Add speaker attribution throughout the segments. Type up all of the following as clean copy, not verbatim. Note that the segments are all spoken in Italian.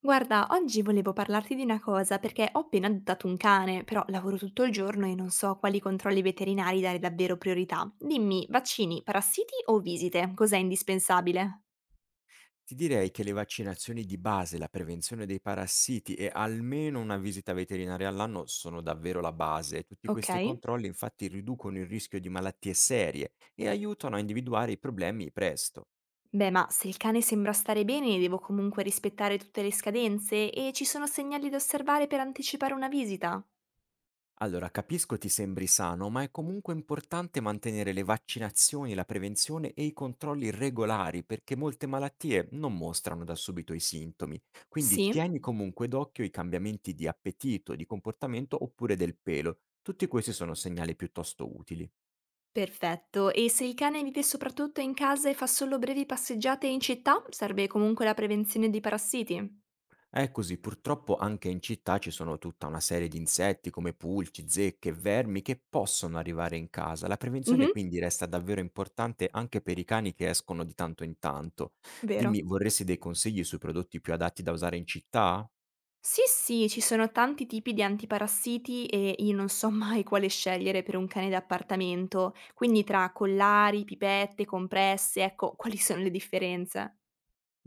Speaker 1: Guarda, oggi volevo parlarti di una cosa perché ho appena adottato un cane, però lavoro tutto il giorno e non so quali controlli veterinari dare davvero priorità. Dimmi, vaccini, parassiti o visite? Cos'è indispensabile?
Speaker 2: Ti direi che le vaccinazioni di base, la prevenzione dei parassiti e almeno una visita veterinaria all'anno sono davvero la base. Tutti
Speaker 1: Ok.
Speaker 2: questi controlli infatti riducono il rischio di malattie serie e aiutano a individuare i problemi presto.
Speaker 1: Beh, ma se il cane sembra stare bene, devo comunque rispettare tutte le scadenze e ci sono segnali da osservare per anticipare una visita?
Speaker 2: Allora, capisco ti sembri sano, ma è comunque importante mantenere le vaccinazioni, la prevenzione e i controlli regolari perché molte malattie non mostrano da subito i sintomi. Quindi
Speaker 1: Sì.
Speaker 2: tieni comunque d'occhio i cambiamenti di appetito, di comportamento oppure del pelo. Tutti questi sono segnali piuttosto utili.
Speaker 1: Perfetto. E se il cane vive soprattutto in casa e fa solo brevi passeggiate in città, serve comunque la prevenzione di parassiti?
Speaker 2: È così, purtroppo anche in città ci sono tutta una serie di insetti come pulci, zecche, vermi che possono arrivare in casa. La prevenzione
Speaker 1: Mhm,
Speaker 2: quindi resta davvero importante anche per i cani che escono di tanto in tanto. Dimmi,
Speaker 1: vero.
Speaker 2: vorresti dei consigli sui prodotti più adatti da usare in città?
Speaker 1: Sì, sì, ci sono tanti tipi di antiparassiti e io non so mai quale scegliere per un cane d'appartamento, quindi tra collari, pipette, compresse, ecco, quali sono le differenze?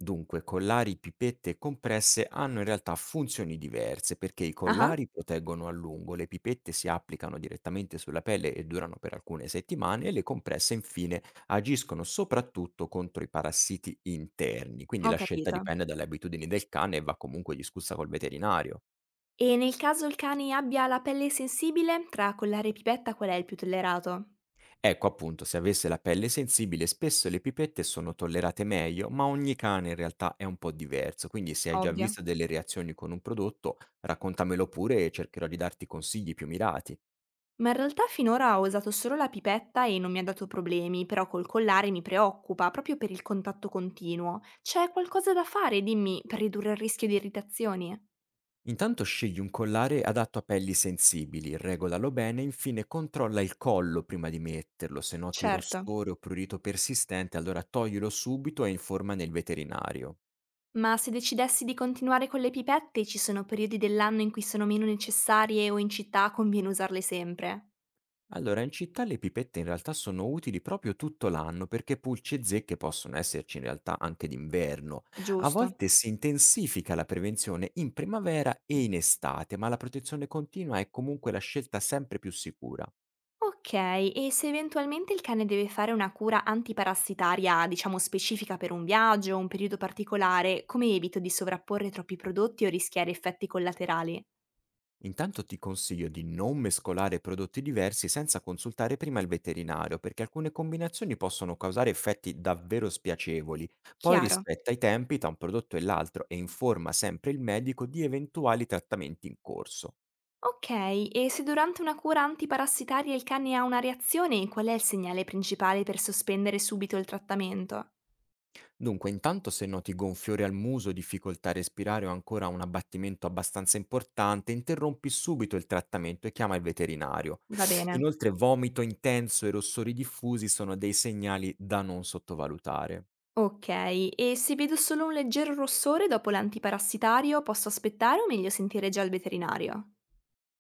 Speaker 2: Dunque, collari, pipette e compresse hanno in realtà funzioni diverse perché i
Speaker 1: Ah-ah,
Speaker 2: collari proteggono a lungo, le pipette si applicano direttamente sulla pelle e durano per alcune settimane e le compresse infine agiscono soprattutto contro i parassiti interni, quindi
Speaker 1: ho
Speaker 2: la scelta
Speaker 1: capito.
Speaker 2: dipende dalle abitudini del cane e va comunque discussa col veterinario.
Speaker 1: E nel caso il cane abbia la pelle sensibile, tra collare e pipetta qual è il più tollerato?
Speaker 2: Ecco appunto, se avesse la pelle sensibile spesso le pipette sono tollerate meglio, ma ogni cane in realtà è un po' diverso, quindi se hai già
Speaker 1: Ovvio.
Speaker 2: visto delle reazioni con un prodotto, raccontamelo pure e cercherò di darti consigli più mirati.
Speaker 1: Ma in realtà finora ho usato solo la pipetta e non mi ha dato problemi, però col collare mi preoccupa proprio per il contatto continuo. C'è qualcosa da fare, dimmi, per ridurre il rischio di irritazioni?
Speaker 2: Intanto scegli un collare adatto a pelli sensibili, regolalo bene, infine controlla il collo prima di metterlo, se noti
Speaker 1: Certo.
Speaker 2: rossore o prurito persistente allora toglilo subito e informa nel veterinario.
Speaker 1: Ma se decidessi di continuare con le pipette, ci sono periodi dell'anno in cui sono meno necessarie o in città conviene usarle sempre?
Speaker 2: Allora, in città le pipette in realtà sono utili proprio tutto l'anno perché pulci e zecche possono esserci in realtà anche d'inverno. A
Speaker 1: Giusto.
Speaker 2: volte si intensifica la prevenzione in primavera e in estate, ma la protezione continua è comunque la scelta sempre più sicura.
Speaker 1: Ok, e se eventualmente il cane deve fare una cura antiparassitaria, diciamo specifica per un viaggio o un periodo particolare, come evito di sovrapporre troppi prodotti o rischiare effetti collaterali?
Speaker 2: Intanto ti consiglio di non mescolare prodotti diversi senza consultare prima il veterinario, perché alcune combinazioni possono causare effetti davvero spiacevoli. Poi
Speaker 1: Chiaro.
Speaker 2: rispetta i tempi tra un prodotto e l'altro e informa sempre il medico di eventuali trattamenti in corso.
Speaker 1: Ok, e se durante una cura antiparassitaria il cane ha una reazione, qual è il segnale principale per sospendere subito il trattamento?
Speaker 2: Dunque, intanto se noti gonfiore al muso, difficoltà a respirare o ancora un abbattimento abbastanza importante, interrompi subito il trattamento e chiama il veterinario.
Speaker 1: Va bene.
Speaker 2: Inoltre, vomito intenso e rossori diffusi sono dei segnali da non sottovalutare.
Speaker 1: Okay, e se vedo solo un leggero rossore dopo l'antiparassitario, posso aspettare o meglio sentire già il veterinario?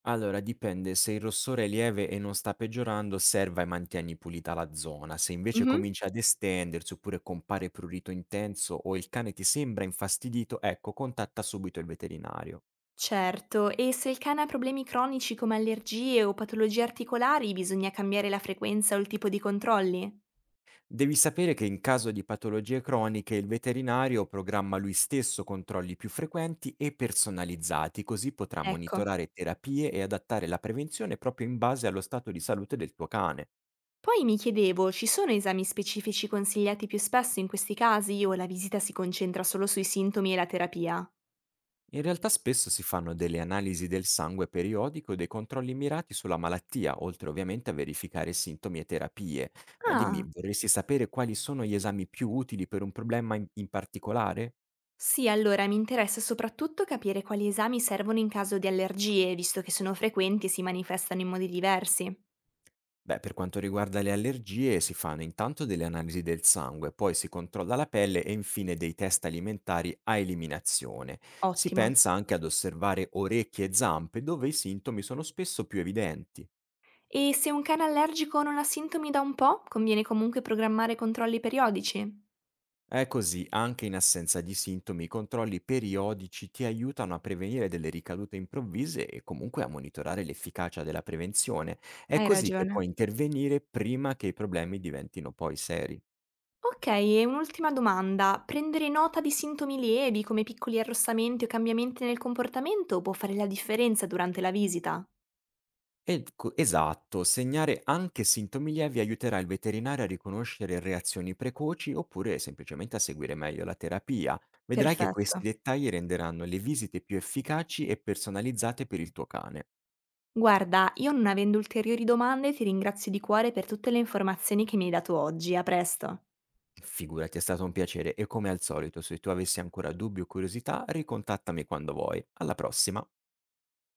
Speaker 2: Allora, dipende, se il rossore è lieve e non sta peggiorando, osserva e mantieni pulita la zona. Se invece
Speaker 1: Mh-mh.
Speaker 2: comincia ad estendersi oppure compare prurito intenso o il cane ti sembra infastidito, ecco, contatta subito il veterinario.
Speaker 1: Certo, e se il cane ha problemi cronici come allergie o patologie articolari, bisogna cambiare la frequenza o il tipo di controlli?
Speaker 2: Devi sapere che in caso di patologie croniche il veterinario programma lui stesso controlli più frequenti e personalizzati, così potrà
Speaker 1: Ecco.
Speaker 2: monitorare terapie e adattare la prevenzione proprio in base allo stato di salute del tuo cane.
Speaker 1: Poi mi chiedevo, ci sono esami specifici consigliati più spesso in questi casi o la visita si concentra solo sui sintomi e la terapia?
Speaker 2: In realtà spesso si fanno delle analisi del sangue periodico e dei controlli mirati sulla malattia, oltre ovviamente a verificare sintomi e terapie. Ma dimmi,
Speaker 1: Ah.
Speaker 2: vorresti sapere quali sono gli esami più utili per un problema in particolare?
Speaker 1: Sì, allora mi interessa soprattutto capire quali esami servono in caso di allergie, visto che sono frequenti e si manifestano in modi diversi.
Speaker 2: Beh, per quanto riguarda le allergie, si fanno intanto delle analisi del sangue, poi si controlla la pelle e infine dei test alimentari a eliminazione. Si
Speaker 1: Ottimo.
Speaker 2: pensa anche ad osservare orecchie e zampe, dove i sintomi sono spesso più evidenti.
Speaker 1: E se un cane allergico non ha sintomi da un po', conviene comunque programmare controlli periodici?
Speaker 2: È così, anche in assenza di sintomi, i controlli periodici ti aiutano a prevenire delle ricadute improvvise e comunque a monitorare l'efficacia della prevenzione. È
Speaker 1: Hai
Speaker 2: così che
Speaker 1: ragione.
Speaker 2: puoi intervenire prima che i problemi diventino poi seri.
Speaker 1: Ok, e un'ultima domanda. Prendere nota di sintomi lievi come piccoli arrossamenti o cambiamenti nel comportamento può fare la differenza durante la visita?
Speaker 2: Ed co esatto, segnare anche sintomi lievi aiuterà il veterinario a riconoscere reazioni precoci oppure semplicemente a seguire meglio la terapia. Vedrai che questi
Speaker 1: Perfetto.
Speaker 2: dettagli renderanno le visite più efficaci e personalizzate per il tuo cane.
Speaker 1: Guarda, io non avendo ulteriori domande ti ringrazio di cuore per tutte le informazioni che mi hai dato oggi. A presto.
Speaker 2: Figurati, è stato un piacere e come al solito, se tu avessi ancora dubbi o curiosità, ricontattami quando vuoi. Alla prossima!